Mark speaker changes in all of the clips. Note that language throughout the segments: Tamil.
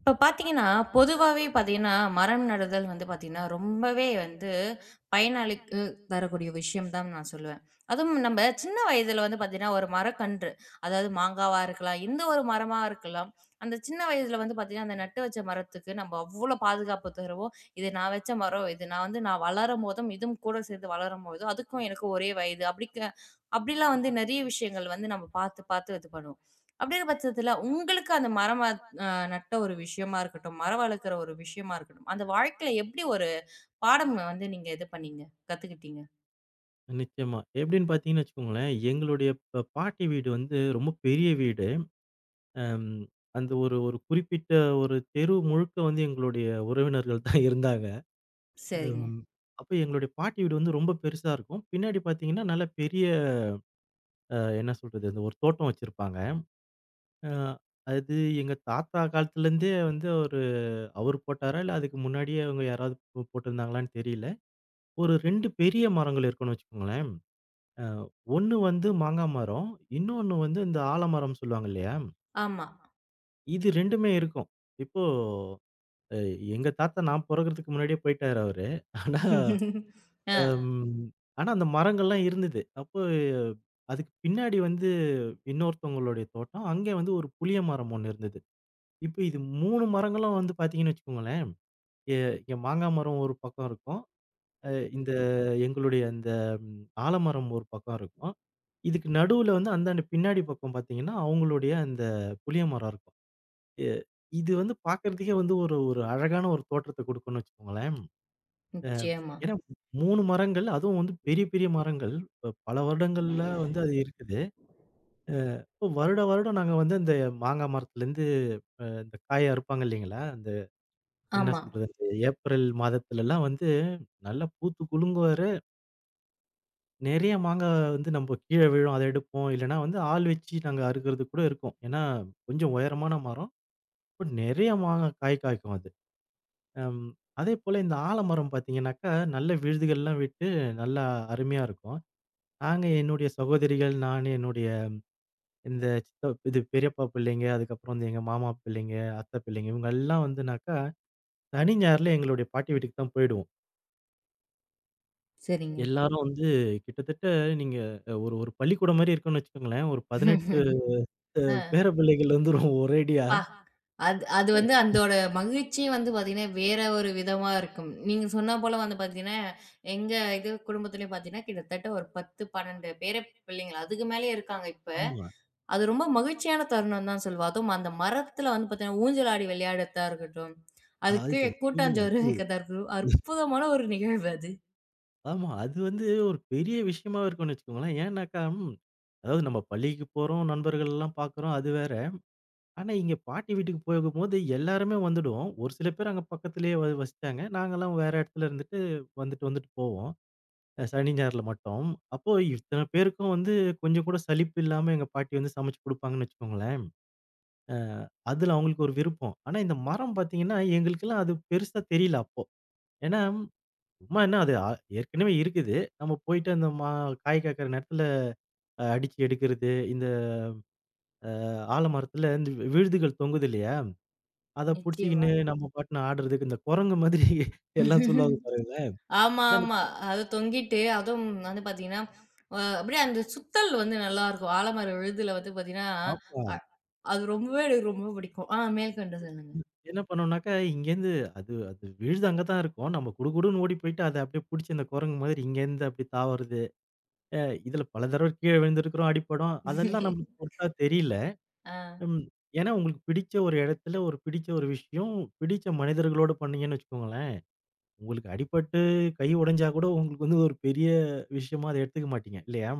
Speaker 1: இப்ப பார்த்தீங்கன்னா, பொதுவாவே பார்த்தீங்கன்னா, மரம் நடுதல் வந்து பார்த்தீங்கன்னா, ரொம்பவே வந்து பயனாளிக்கு தரக்கூடிய விஷயம் தான் நான் சொல்லுவேன். அதுவும் நம்ப சின்ன வயதில வந்து பார்த்தீங்கன்னா, ஒரு மரக்கன்று, அதாவது மாங்காவா இருக்கலாம், எந்த ஒரு மரமா இருக்கலாம். அந்த சின்ன வயதில வந்து பார்த்தீங்கன்னா, அந்த நட்டு வச்ச மரத்துக்கு நம்ப அவ்ளோ பாதுகாப்பு தருவோம். "இது நான் வச்ச மரம். இது நான் வந்து நான் வளரும்போதும், இதுவும் கூட சேர்ந்து வளரும்போதும், அதுக்கும் எனக்கும் ஒரே வயது." அப்படிலாம் வந்து நெறைய விஷயங்கள் வந்து நம்ம பார்த்து, பார்த்து இது பண்ணுவோம். அப்படிங்கிற பட்சத்தில, உங்களுக்கு அந்த மரம் அ நட்ட ஒரு விஷயமா இருக்கட்டும், மரம் வளர்க்குற ஒரு விஷயமா இருக்கட்டும், அந்த வாழ்க்கையில எப்படி ஒரு பாடம் வந்து நீங்க இது பண்ணீங்க? கத்துக்கிட்டீங்க?
Speaker 2: நிச்சயமா. எப்படின்னு பார்த்தீங்கன்னு வச்சுக்கோங்களேன், எங்களுடைய பாட்டி வீடு வந்து ரொம்ப பெரிய வீடு. அம் அந்த ஒரு ஒரு குறிப்பிட்ட ஒரு தெரு முழுக்க வந்து எங்களுடைய உறவினர்கள் தான் இருந்தாங்க.
Speaker 1: சரிங்க.
Speaker 2: ம் அப்ப எங்களுடைய பாட்டி வீடு வந்து ரொம்ப பெருசா இருக்கும். பின்னாடி பார்த்தீங்கன்னா, நல்ல பெரிய என்ன சொல்றது, அந்த ஒரு தோட்டம் வச்சிருப்பாங்க. அ அது எங்க தாத்தா காலத்துலேருந்தே வந்து அவரு அவரு போட்டாரா, இல்ல அதுக்கு முன்னாடியே அவங்க யாராவது போட்டிருந்தாங்களான்னு தெரியல. ஒரு 2 பெரிய மரங்கள் இருக்குன்னு வச்சுக்கோங்களேன். அ 1 வந்து மாங்கா மரம். இன்னொன்னு வந்து இந்த ஆலமரம் சொல்லுவாங்க இல்லையா?
Speaker 1: ஆமா.
Speaker 2: இது 2மே இருக்கும். இப்போ அ எங்க தாத்தா நான் பொறக்கறதுக்கு முன்னாடியே போயிட்டாரு அவரு. ஆனா
Speaker 1: ஆ.
Speaker 2: அம் ஆனா அந்த மரங்கள்லாம் இருந்தது. அப்போ அஹ், அதுக்கு பின்னாடி வந்து இன்னொருத்தவங்களுடைய தோட்டம். அங்கே வந்து ஒரு புளிய மரம் ஒண்ணு இருந்தது. இப்ப இது 3 மரங்களும் வந்து பார்த்தீங்கன்னு வச்சுக்கோங்களேன், எ என் மாங்கா மரம் ஒரு பக்கம் இருக்கும். அ இந்த எங்களுடைய அந்த ஆலமரம் ஒரு பக்கம் இருக்கும். இதுக்கு நடுவுல வந்து அந்தாண்ட பின்னாடி பக்கம் பார்த்தீங்கன்னா, அவங்களுடைய அந்த புளிய மரம் இருக்கும். எ இது வந்து பார்க்கறதுக்கே வந்து ஒரு ஒரு அழகான ஒரு தோற்றத்த குடுக்கும்னு வச்சுக்கோங்களேன். அ
Speaker 1: நிச்சயமா.
Speaker 2: ஏன்னா 3 மரங்கள், அதுவும் வந்து பெரிய பெரிய மரங்கள். பல வருடங்கள்ல வந்து அது இருக்குது. அ இப்போ வருட வருடம் நாங்க வந்து அந்த மாங்கா மரத்துலேருந்து இந்த காய அறுப்பாங்க இல்லைங்களா? அந்த என்ன
Speaker 1: ஆமா.
Speaker 2: சொல்றது? அந்த ஏப்ரல் மாதத்துலலாம் வந்து நல்லா பூத்து குலுங்குவாரு. நெறைய மாங்கா வந்து நம்ப கீழ விழும். அத எடுப்போம். இல்லன்னா வந்து ஆள் வச்சு நாங்க அறுக்கறது கூட இருக்கும். ஏன்னா, கொஞ்சம் உயரமான மரம். இப்ப நெறைய மாங்கா காய் காய்க்கும் அது. அம் அதேபோல இந்த ஆலமரம் பார்த்தீங்கன்னாக்கா, நல்ல விழுதுகள்லாம் விட்டு நல்லா அருமையா இருக்கும். நாங்க என்னுடைய சகோதரிகள், நானு, என்னுடைய இந்த சித்த இது பெரியப்பா பிள்ளைங்க, அதுக்கப்புறம் வந்து எங்க மாமா பிள்ளைங்க, அத்தை பிள்ளைங்க இவங்கெல்லாம் வந்துனாக்கா, சனி, ஞாயிறுல எங்களுடைய பாட்டி வீட்டுக்கு தான் போயிடுவோம்.
Speaker 1: சரிங்க.
Speaker 2: எல்லாரும் வந்து கிட்டத்தட்ட நீங்க ஒரு ஒரு பள்ளிக்கூடம் மாரி இருக்கும்னு வச்சுக்கோங்களேன். ஒரு 18
Speaker 1: ஆ.
Speaker 2: பேர பிள்ளைகள் வந்துரும் ஒரேடியா.
Speaker 1: ஆ அது அது வந்து அதோட மகிழ்ச்சியே வந்து பார்த்தீங்கன்னா, வேற ஒரு விதமா இருக்கும். நீங்க சொன்னா போல வந்து பார்த்தீங்கன்னா, எங்க இது குடும்பத்திலயும் பார்த்தீங்கன்னா, கிட்டத்தட்ட ஒரு 10, 12 பேர பிள்ளைங்க. அதுக்கு மேலயே இருக்காங்க இப்ப.
Speaker 2: ஆமா.
Speaker 1: அது ரொம்ப மகிழ்ச்சியான தருணம் தான் சொல்லுவேன். அதுவும் அந்த மரத்துல வந்து பார்த்தீங்கன்னா, ஊஞ்சலாடி விளையாடுறதா இருக்கட்டும். அதுக்கு கீழ
Speaker 2: அதுதான். ஐயோ!
Speaker 1: கூட்டாஞ்சோறு
Speaker 2: அது
Speaker 1: வைக்கிறதா இருக்கட்டும். அற்புதமான ஒரு நிகழ்வு அது.
Speaker 2: ஆமா. அது வந்து ஒரு பெரிய விஷயமாவே இருக்கும்னு வச்சுக்கோங்களேன். ஏன்னாக்கா, அதாவது நம்ம பள்ளிக்கு போறோம், நண்பர்கள்லாம் பார்க்குறோம், அது வேற. ஆனா, இங்க பாட்டி வீட்டுக்கு போகும்போது எல்லாருமே வந்துடுவோம். ஒரு சில பேர் அங்க பக்கத்திலேயே வசிச்சாங்க. நாங்கலாம் வேற இடத்துல இருந்துட்டு வந்துட்டு வந்துட்டு போவோம். சனி, ஞாயிறுல மட்டும். அப்போ இத்தன பேருக்கும் வந்து கொஞ்சம் கூட சலிப்பு இல்லாம எங்க பாட்டி வந்து சமைச்சு குடுப்பாங்கன்னு வச்சுக்கோங்களேன். அ அதுல அவங்களுக்கு ஒரு விருப்பம். ஆனா, இந்த மரம் பார்த்தீங்கன்னா, எங்களுக்கெல்லாம் அது பெருசா தெரியல அப்போ. ஏன்னா சும்மா என்ன அது ஏற்கனவே இருக்குது. நம்ம போயிட்டு அந்த காய் காய்க்கிற நேரத்துல அடிச்சு எடுக்கிறது. இந்த ஆலமரத்துல இந்த விழுதுகள் தொங்குது இல்லையா? அத
Speaker 1: நிச்சயமா.
Speaker 2: புடிச்சுக்கின்னு நம்ம பாட்டுன்னு ஆடுறதுக்கு இந்த குரங்கு மாதிரி எல்லாம் சொல்லுவாங்க பாருங்களேன்.
Speaker 1: ஆமா,
Speaker 2: ஏன்னா அந்த
Speaker 1: ஆமா. அது தொங்கிட்டு அதுவும் வந்து பார்த்தீங்கன்னா, அப்படியே அந்த சுத்தல் வந்து நல்லாருக்கும். ஆலமர விழுதுல வந்து பார்த்தீங்கன்னா, அ
Speaker 2: ஆமா.
Speaker 1: அது ரொம்பவே எனக்கு ரொம்ப பிடிக்கும். மேல்கொண்டு சொல்லுங்க.
Speaker 2: என்ன பண்ணோம்னாக்கா இங்கேருந்து அது அது விழுது அங்க தான் இருக்கும். நம்ம குடுகுடுன்னு ஓடி போயிட்டு அத அப்படியே புடிச்சு அந்த குரங்கு மாதிரி இங்கேருந்து அப்படி தாவுறது. அ இதுல பல தடவ கீழ விழுந்திருக்கிறோம், அடிபடும். அதெல்லாம் நம்மளுக்கு பெருசா தெரியல.
Speaker 1: ஆ
Speaker 2: ம். ஏன்னா உங்களுக்கு பிடிச்ச ஒரு இடத்துல, ஒரு பிடிச்ச ஒரு விஷயம், பிடிச்ச மனிதர்களோட பண்ணீங்கன்னு வச்சுக்கோங்களேன், உங்களுக்கு அடிபட்டு கை உடைஞ்சா கூட உங்களுக்கு வந்து ஒரு பெரிய விஷயமா அத எடுத்துக்க மாட்டீங்க. இல்லையா?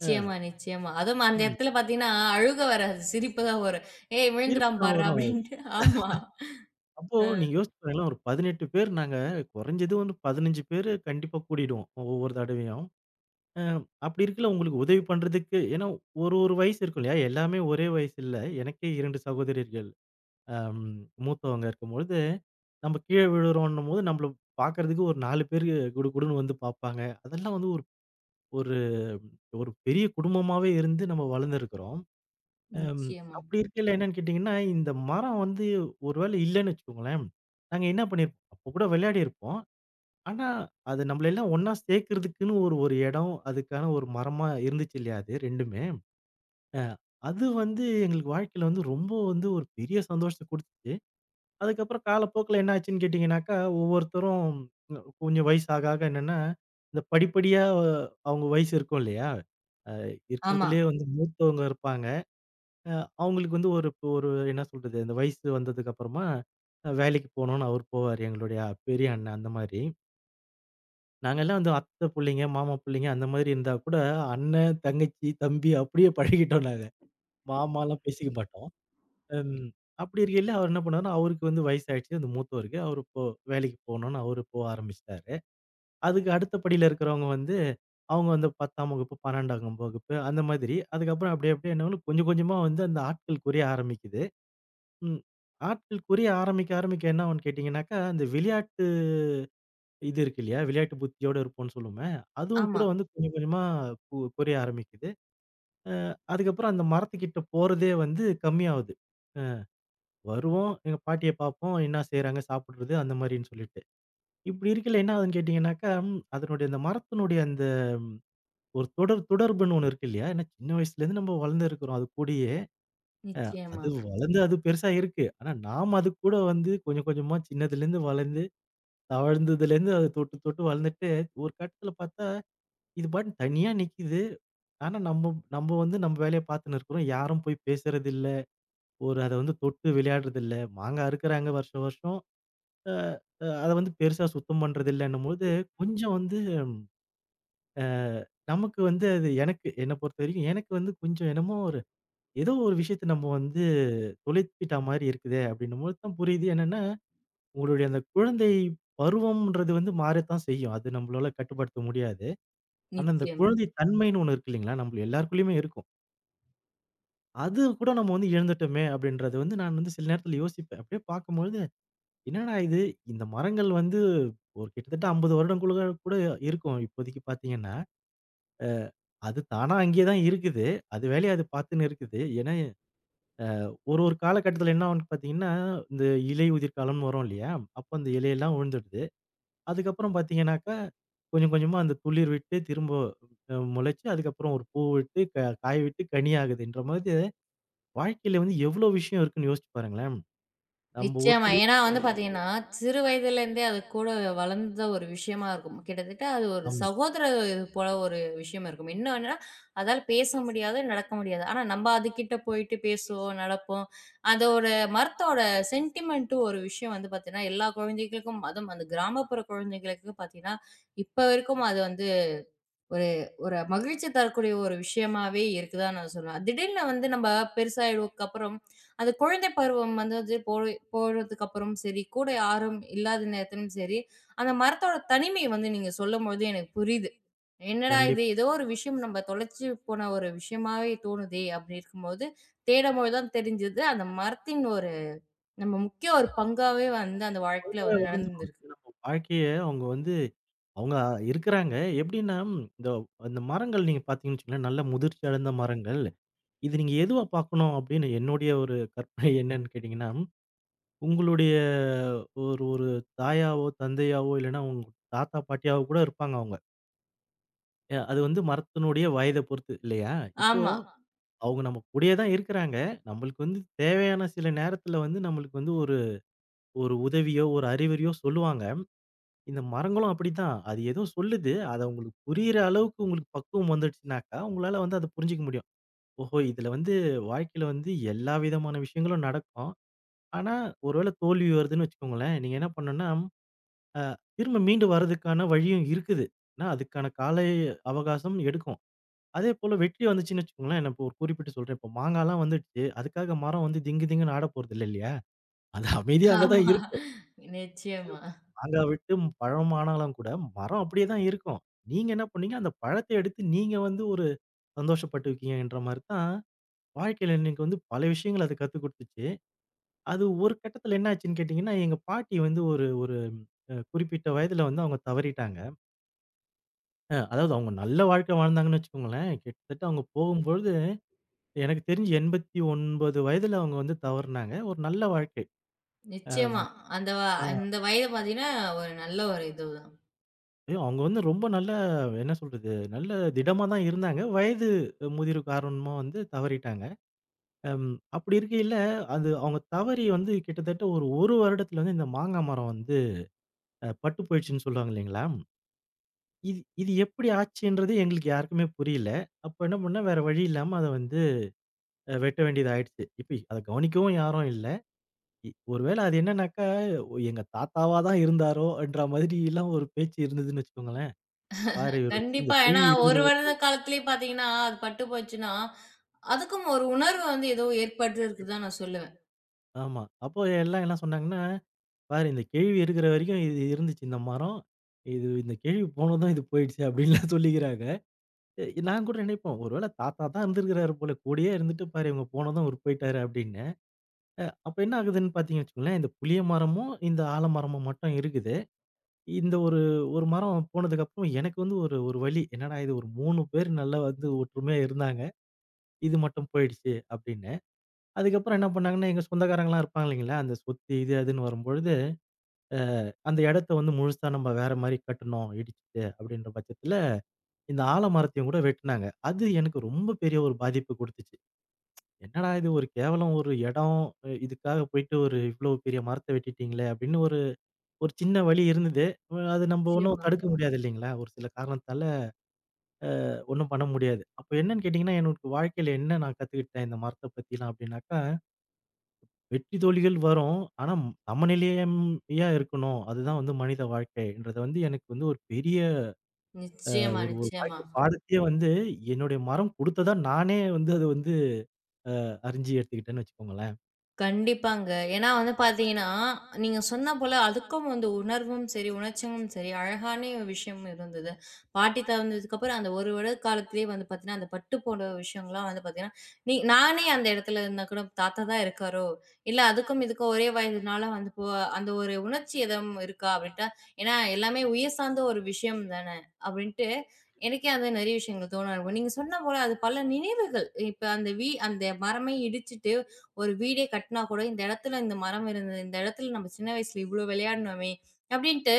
Speaker 2: அ
Speaker 1: நிச்சயமா. அதுவும் அந்த
Speaker 2: ஆமா.
Speaker 1: இடத்துல பார்த்தீங்கன்னா, அழுக வராது. சிரிப்பு தான் வரும். "ஏய்!
Speaker 2: இருப்பு
Speaker 1: விழுந்துடாம
Speaker 2: தான்
Speaker 1: பார்றா"
Speaker 2: வரும்.
Speaker 1: அப்படின்ட்டு. ஆமா.
Speaker 2: அப்போ நீங்க
Speaker 1: அ.
Speaker 2: யோசிச்சு பாருங்களேன், ஒரு 18 பேர் நாங்க குறைஞ்சது வந்து 15 பேரு கண்டிப்பா கூடிடுவோம். ஒவ்வொரு தடவையும். அ அப்படி இருக்கல உங்களுக்கு உதவி பண்றதுக்கு ஏன்னா ஒரு ஒரு வயசு இருக்கும் இல்லையா? எல்லாமே ஒரே வயசு இல்ல. எனக்கே 2 சகோதரியர்கள். அம் மூத்தவங்க இருக்கும்பொழுது, நம்ம கீழ விழுறோன்னும்போது, நம்மள பார்க்கறதுக்கு ஒரு 4 பேரு குடுகுடுன்னு வந்து பார்ப்பாங்க. அதெல்லாம் வந்து ஒரு ஒரு ஒரு பெரிய குடும்பமாவே இருந்து நம்ம வளர்ந்துருக்கிறோம். அம்
Speaker 1: நிச்சயமா.
Speaker 2: அப்படி இருக்கையில என்னன்னு கேட்டீங்கன்னா, இந்த மரம் வந்து ஒரு வேளை இல்லன்னு வச்சுக்கோங்களேன், நாங்க என்ன பண்ணியிருப்போம், அப்ப கூட விளையாடியிருப்போம். ஆனா, அது நம்மள எல்லாம் ஒண்ணா சேர்க்கிறதுக்குன்னு ஒரு ஒரு இடம், அதுக்கான ஒரு மரமா இருந்துச்சு இல்லையா அது 2மே. அ அது வந்து எங்களுக்கு வாழ்க்கையில வந்து ரொம்ப வந்து ஒரு பெரிய சந்தோஷத்த குடுத்துச்சு. அதுக்கப்புறம் காலப்போக்குல என்ன ஆச்சுன்னு கேட்டீங்கன்னாக்கா, ஒவ்வொருத்தரும் கொஞ்சம் வயசு ஆக, ஆக என்னன்னா, இந்த படிப்படியா அவங்க வயசு இருக்கும் இல்லையா? அ
Speaker 1: ஆமா,
Speaker 2: இருக்கிறதுலயே வந்து மூத்தவங்க இருப்பாங்க. அ அவங்களுக்கு வந்து ஒரு இப்போ ஒரு என்ன சொல்றது, இந்த வயசு வந்ததுக்கு அப்புறமா வேலைக்கு போணும்னு அவர் போவாரு. எங்களுடைய பெரிய அண்ணன் அந்த மாரி. நாங்கலாம் வந்து அத்தை புள்ளைங்க, மாமா புள்ளைங்க அந்த மாதிரி இருந்தா கூட, அண்ணன், தங்கச்சி, தம்பி அப்படியே பழகிட்டோம் நாங்க. மாமாலாம் பேசிக்க மாட்டோம். ம். அப்படி இருக்கையில அவர் என்ன பண்ணாருன்னா, அவருக்கு வந்து வயசாயிடுச்சு. அந்த மூத்தவருக்கு. அவரு இப்போ வேலைக்கு போணும்ன்னு அவரு போக ஆரம்பிச்சுட்டாரு. அதுக்கு அடுத்த படியில இருக்கிறவங்க வந்து, அவங்க வந்து 10ஆம் வகுப்பு, 12ஆம் வகுப்பு அந்த மாதிரி. அதுக்கப்புறம் அப்படியே அப்படியே என்ன ஆகும்னு கொஞ்சம் கொஞ்சமா வந்து அந்த ஆட்கள் குறைய ஆரம்பிக்குது. ம். ஆட்கள் குறைய ஆரம்பிக்க ஆரம்பிக்க என்ன ஆகும்ன்னு கேட்டீங்கன்னாக்கா, அந்த விளையாட்டு இது இருக்கு இல்லையா? விளையாட்டு புத்தியோட இருப்போம்ன்னு சொல்லுவோமே, அதுவும் கூட
Speaker 1: ஆமா.
Speaker 2: வந்து கொஞ்சம் கொஞ்சமா குறைய ஆரம்பிக்குது. அ அதுக்கப்புறம் அந்த மரத்துக்கிட்ட போறதே வந்து கம்மியாவுது. வருவோம். எங்க பாட்டிய பார்ப்போம். என்ன செய்றாங்க? சாப்பிடுறது அந்த மாரின்னு சொல்லிட்டு. இப்படி இருக்கையில என்ன ஆகுதுன்னு கேட்டீங்கன்னாக்கா, அதனுடைய அந்த மரத்தினுடைய அந்த ஒரு தொடர்புன்னு ஒண்ணு இருக்கு இல்லையா? ஏன்னா சின்ன வயசுலேருந்து நம்ம வளர்ந்துருக்கிறோம் அது கூடயே.
Speaker 1: நிச்சயமா,
Speaker 2: அது வளர்ந்து அது பெருசா இருக்கு. ஆனா நாம அது கூட வந்து கொஞ்சம் கொஞ்சமா சின்னதுலேருந்து வளர்ந்து, தவழ்ந்ததுலேருந்து அது தொட்டு தொட்டு வளர்ந்துட்டு, ஒரு கட்டத்தில பார்த்தா இது பாட்டுன்னு தனியா நிக்குது. ஆனா நம்ம நம்ம வந்து நம்ம வேலைய பார்த்துன்னு இருக்கிறோம். யாரும் போய் பேசுறதில்ல. ஒரு அத வந்து தொட்டு விளையாடுறதில்ல. மாங்கா அறுக்குறாங்க வருஷம் வருஷம். அ அ அத வந்து பெருசா சுத்தம் பண்றதில்லன்னும்போது, கொஞ்சம் வந்து அ நமக்கு வந்து அது எனக்கு என்ன பொறுத்தவரைக்கும் எனக்கு வந்து கொஞ்சம் என்னமோ ஒரு ஏதோ ஒரு விஷயத்த நம்ம வந்து தொலைத்துட்டா மாரி இருக்குதே! அப்டின்னும்போது தான் புரியுது. என்னன்னா, உங்களுடைய அந்த குழந்தை பருவம்ன்றது வந்து மாறத்தான் செய்யும். அது நம்மளால கட்டுப்படுத்த முடியாது. ஆனா, அந்த
Speaker 1: நிச்சயமா,
Speaker 2: குழந்தை தன்மைன்னு ஒண்ணு இருக்கு இல்லைங்களா? நம்ம எல்லாருக்குள்ளயுமே இருக்கும். அது கூட நம்ம வந்து இழந்துட்டோமே! அப்டின்றத வந்து நான் வந்து சில நேரத்தில யோசிப்பேன். அப்டியே பார்க்கும்பொழுது என்னடா இது! இந்த மரங்கள் வந்து ஒரு கிட்டத்தட்ட 50 வருடங்களுக்குள்ள கூட இருக்கும். இப்போதைக்கு பார்த்தீங்கன்னா, அ அது தானா அங்கேயே தான் இருக்குது. அது வேலைய அது பார்த்துன்னு இருக்குது. ஏன்னா, ஒரு ஒரு காலகட்டத்தில என்ன ஆகும்ன்னு பார்த்தீங்கன்னா, இந்த இலை உதிர்காலம்னு வரும் இல்லையா? அப்போ அந்த இலையெல்லாம் உழுந்துடுது. அதுக்கப்புறம் பார்த்தீங்கன்னாக்கா, கொஞ்சம் கொஞ்சமா அந்த துளிர் விட்டு திரும்ப முளைச்சு, அதுக்கப்புறம் ஒரு பூ விட்டு, காய் விட்டு, கனி ஆகுதுன்ற மாதிரி வாழ்க்கையில வந்து எவ்வளோ விஷயம் இருக்குன்னு யோசிச்சு பாருங்களேன். நம்ம ஒரு
Speaker 1: நிச்சயமா.
Speaker 2: சில
Speaker 1: ஏன்னா வந்து பார்த்தீங்கன்னா, சிறு வயதிலேருந்தே அது கூட வளர்ந்த ஒரு விஷயமா இருக்கும். கிட்டத்தட்ட அது ஒரு
Speaker 2: ஆமா.
Speaker 1: சகோதர இது போல ஒரு விஷயம் இருக்கும். இன்னும் என்னன்னா, அதால பேச முடியாது, நடக்க முடியாது. ஆனா நம்ம அதுகிட்ட போயிட்டு பேசுவோம், நடப்போம். அதோட மரத்தோட சென்டிமெண்ட் ஒரு விஷயம் வந்து பார்த்தீங்கன்னா, எல்லா குழந்தைகளுக்கும் அதுவும் அந்த கிராமப்புற குழந்தைகளுக்கு பார்த்தீங்கன்னா, இப்ப வரைக்கும் அது வந்து ஒரு ஒரு மகிழ்ச்சி தரக்கூடிய ஒரு விஷயமாவே இருக்குதான்னு நான் சொல்லுவேன். திடீர்னு வந்து நம்ம பெருசாயிடுவதுக்கு அப்புறம், அது குழந்தை பருவம் வந்து வந்து போய் போறதுக்கு அப்புறம் சரி, கூட யாரும் இல்லாத நேரத்திலும் சரி, அந்த மரத்தோட தனிமை வந்து நீங்க சொல்லும்பொழுது எனக்கு புரியுது. என்னடா இது!
Speaker 2: கண்டிப்பா.
Speaker 1: ஏதோ ஒரு விஷயம் நம்ம தொலைச்சு போன ஒரு விஷயமாவே தோணுதே! அப்படி இருக்கும்போது, தேடும்போது தான் தெரிஞ்சது, அந்த மரத்தின் ஒரு நம்ம முக்கிய ஒரு பங்காவே வந்து அந்த வாழ்க்கையில வந்து நடந்திருக்கு.
Speaker 2: வாழ்க்கைய அவங்க வந்து அவங்க இருக்கிறாங்க. எப்படின்னா, இந்த அந்த மரங்கள் நீங்க பார்த்தீங்கன்னு வச்சுக்கோங்களேன், நல்ல முதிர்ச்சி அடைந்த மரங்கள். இது நீங்க எதுவா பார்க்கணும் அப்படின்னு என்னுடைய ஒரு கற்பனை என்னன்னு கேட்டீங்கன்னா, உங்களுடைய ஒரு ஒரு தாயாவோ, தந்தையாவோ இல்லைன்னா உங்க தாத்தா, பாட்டியாவோ கூட இருப்பாங்க அவங்க. அது வந்து மரத்தினுடைய வயத பொறுத்து இல்லையா? இப்போ
Speaker 1: ஆமா,
Speaker 2: அவங்க நம்ம கூடயே தான் இருக்கிறாங்க. நம்மளுக்கு வந்து தேவையான சில நேரத்தில வந்து நம்மளுக்கு வந்து ஒரு ஒரு உதவியோ, ஒரு அறிவுரையோ சொல்லுவாங்க. இந்த மரங்களும் அப்படித்தான். அது ஏதோ சொல்லுது. அத உங்களுக்கு புரியிற அளவுக்கு உங்களுக்கு பக்குவம் வந்துடுச்சுனாக்கா, உங்களால வந்து அத புரிஞ்சுக்க முடியும். ஓஹோ! இதுல வந்து வாழ்க்கையில வந்து எல்லா விதமான விஷயங்களும் நடக்கும். ஆனா, ஒரு வேள தோல்வி வருதுன்னு வச்சுக்கோங்களேன், நீங்க என்ன பண்ணணும்னா, அ திரும்ப மீண்டு வர்றதுக்கான வழியும் இருக்குது. ஆனா, அதுக்கான கால அவகாசம் எடுக்கும். அதேபோல வெற்றி வந்துச்சுன்னு வச்சுக்கோங்களேன், நான் இப்போ ஒரு குறிப்பிட்டு சொல்றேன். இப்போ மாங்காலாம் வந்துடுச்சு. அதுக்காக மரம் வந்து திங்கு திங்குன்னு ஆட போறதில்ல இல்லையா? அது அமைதியா அங்க தான்
Speaker 1: ஆமா.
Speaker 2: இருக்கும்.
Speaker 1: நிச்சயமா.
Speaker 2: அங்க விட்டு பழமானாலும் கூட, மரம் அப்படியே தான் இருக்கும். நீங்க என்ன பண்ணீங்க, அந்த பழத்த எடுத்து நீங்க வந்து ஒரு சந்தோஷப்பட்டுருக்கீங்கன்ற மாரி தான், வாழ்க்கையில எனக்கு வந்து பல விஷயங்கள் அது கத்துக் குடுத்துச்சு. அது ஒரு கட்டத்துல என்ன ஆச்சுன்னு கேட்டீங்கன்னா, எங்க பாட்டி வந்து ஒரு ஒரு குறிப்பிட்ட வயதுல வந்து அவங்க தவறிட்டாங்க. அதாவது அவங்க நல்ல வாழ்க்கை வாழ்ந்தாங்கன்னு வச்சுக்கோங்களேன். கிட்டத்தட்ட அவங்க போகும்பொழுது எனக்கு தெரிஞ்சு 89 வயதுல அவங்க வந்து தவறுனாங்க. ஒரு நல்ல வாழ்க்கை.
Speaker 1: நிச்சயமா. அந்த வ
Speaker 2: அ
Speaker 1: அந்த வயது பார்த்தீங்கன்னா, ஒரு நல்ல ஒரு இது தான்.
Speaker 2: ஐயோ! அவங்க வந்து ரொம்ப நல்ல என்ன சொல்றது? நல்ல திடமா தான் இருந்தாங்க. வயது முதிர்வு காரணமா வந்து தவறிட்டாங்க. அம் அப்படி இருக்கையில, அது அவங்க தவறி வந்து கிட்டத்தட்ட ஒரு 1 வருடத்துல வந்து இந்த மாங்கா மரம் வந்து பட்டு போயிடுச்சுன்னு சொல்லுவாங்க இல்லைங்களா? இது இது எப்படி ஆச்சுன்றது எங்களுக்கு யாருக்குமே புரியல. அப்ப என்ன பண்ணேன், வேற வழி இல்லாம அத வந்து வெட்ட வேண்டியது ஆயிடுச்சு. இப்ப அத கவனிக்கவும் யாரும் இல்ல. ஒருவேள அது என்னன்னாக்கா, ஓ, எங்க தாத்தாவா தான் இருந்தாரோ! என்ற மாதிரிலாம் ஒரு பேச்சு இருந்ததுன்னு வச்சுக்கோங்களேன். பாரு இவரு வந்து இந்த
Speaker 1: கண்டிப்பா. ஏன்னா,
Speaker 2: கேள்வி இருக்கிற
Speaker 1: 1 வருட காலத்திலேயே பார்த்தீங்கன்னா, அது பட்டு போச்சுன்னா, அதுக்கும் ஒரு உணர்வு வந்து ஏதோ ஏற்பட்டிருக்கு தான் நான் சொல்லுவேன்.
Speaker 2: ஆமா. அப்போ எல்லாம் என்ன சொன்னாங்கன்னா, "பாரு இந்த கேழ்வி இருக்கிற வரைக்கும் இது இருந்துச்சு இந்த மரம். இது இந்த கேழ்வி போனதும் இது போயிடுச்சு" அப்படின்லாம் சொல்லிக்கிறாங்க. நான் கூட நினைப்போம், "ஒருவேளை தாத்தா தான் இருந்திருக்கிறாரு போல. கூடயே இருந்துட்டு பாரு இவங்க போனதும் அவரு போயிட்டாரு" அப்படின்னு. அப்ப என்ன ஆகுதுன்னு பார்த்தீங்கன்னு வச்சுக்கோங்களேன், இந்த புளிய மரமும், இந்த ஆலமரமும் மட்டும் இருக்குது. இந்த ஒரு ஒரு மரம் போனதுக்கப்புறம் எனக்கு வந்து ஒரு ஒரு வலி. என்னடா இது ஒரு 3 பேர் நல்லா வந்து ஒற்றுமையா இருந்தாங்க. இது மட்டும் போயிடுச்சு அப்படின்னு. அதுக்கப்புறம் என்ன பண்ணாங்கன்னா, எங்க சொந்தக்காரங்கலாம் இருப்பாங்க இல்லைங்களா? அந்த சொத்து இது அதுன்னு வரும்பொழுது அ அந்த இடத்த வந்து முழுசா நம்ம வேற மாரி கட்டணும் இடிச்சுட்டு அப்படின்ற பட்சத்துல, இந்த ஆலமரத்தையும் கூட வெட்டுனாங்க. அது எனக்கு ரொம்ப பெரிய ஒரு பாதிப்பு குடுத்துச்சு. என்னடா இது ஒரு கேவலம் ஒரு இடம், இதுக்காக போயிட்டு ஒரு இவ்வளோ பெரிய மரத்த வெட்டிட்டீங்களே அப்படின்னு ஒரு ஒரு சின்ன வழி இருந்தது. அது நம்ம ஒண்ணும்
Speaker 1: நிச்சயமா,
Speaker 2: தடுக்க முடியாது இல்லைங்களா? ஒரு சில காரணத்தால ஒண்ணும் பண்ண முடியாது. அப்ப என்னன்னு கேட்டீங்கன்னா, என்னோட வாழ்க்கையில என்ன நான் கத்துக்கிட்டேன் இந்த மரத்த பத்திலாம் அப்படின்னாக்கா, வெற்றி தோல்விகள் வரும். ஆனா சமநிலையம்யா இருக்கணும். அதுதான் வந்து மனித வாழ்க்கைன்றத வந்து எனக்கு வந்து ஒரு பெரிய
Speaker 1: நிச்சயமா,
Speaker 2: ஒரு ஒரு
Speaker 1: நிச்சயமா.
Speaker 2: வாய்க்கு பாடத்தையே வந்து என்னுடைய மரம் குடுத்ததா நானே வந்து அத வந்து அறிஞ்சு எடுத்துக்கிட்டேன்னு வச்சுக்கோங்களேன்.
Speaker 1: கண்டிப்பாங்க. ஏன்னா வந்து பார்த்தீங்கன்னா, நீங்க சொன்னா போல அதுக்கும் வந்து உணர்வும் சரி, உணர்ச்சியும் சரி, அழகான விஷயம் இருந்தது. பாட்டி தவந்ததுக்கப்புறம் அந்த ஒரு வருட காலத்திலேயே வந்து பார்த்தீங்கன்னா, அந்த பட்டு போட விஷயங்கள்லாம் வந்து பார்த்தீங்கன்னா, நானே அந்த இடத்துல இருந்தா கூட தாத்தா தான் இருக்காரோ! இல்ல அதுக்கும் இதுக்கும் ஒரே வயதுனால வந்து அந்த ஒரு உணர்ச்சி எதுவும் இருக்கா? அப்படின்ட்டா ஏன்னா எல்லாமே உயிர் சார்ந்த ஒரு விஷயம் தான. அப்படின்ட்டு எனக்கே அது நிறைய விஷயங்கள் தோண ஆரம்பிக்கும். நீங்க சொன்ன போல அது பல நினைவுகள். இப்ப அந்த மரமே இடிச்சிட்டு ஒரு வீடே கட்டினா கூட, இந்த இடத்துல இந்த மரம் இருந்தது. இந்த இடத்துல நம்ம சின்ன வயசுல இவ்ளோ விளையாடினோமே! அப்பிடின்ட்டு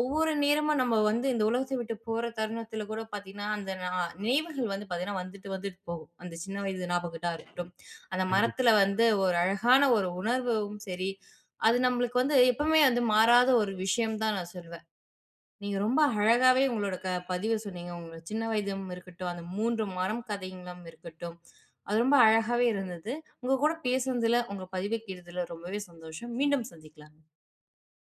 Speaker 1: ஒவ்வொரு நேரமும் நம்ம வந்து இந்த உலகத்த விட்டு போற தருணத்தில கூட பார்த்தீங்கன்னா, அந்த நா நினைவுகள் வந்து பார்த்தீங்கன்னா, வந்துட்டு, வந்துட்டு போகும். அந்த சின்ன வயது ஞாபகத்தா இருக்கட்டும். அந்த
Speaker 2: அண்ட்
Speaker 1: மரத்தில வந்து ஒரு அழகான ஒரு உணர்வும் சரி, அது நம்மளுக்கு வந்து எப்பவுமே வந்து மாறாத ஒரு விஷயம் தான் நான் சொல்வேன். நீங்க ரொம்ப அழகாவே உங்களோட பதிவு சொன்னீங்க. உங்களோட சின்ன வயதும் இருக்கட்டும், அந்த 3 மரம் கதைங்களும் இருக்கட்டும். அது ரொம்ப அழகாவே இருந்தது. உங்க கூட பேசுனதுல, உங்க பதிவை கேட்டதுல ரொம்பவே சந்தோஷம். மீண்டும் சந்திக்கலாம்.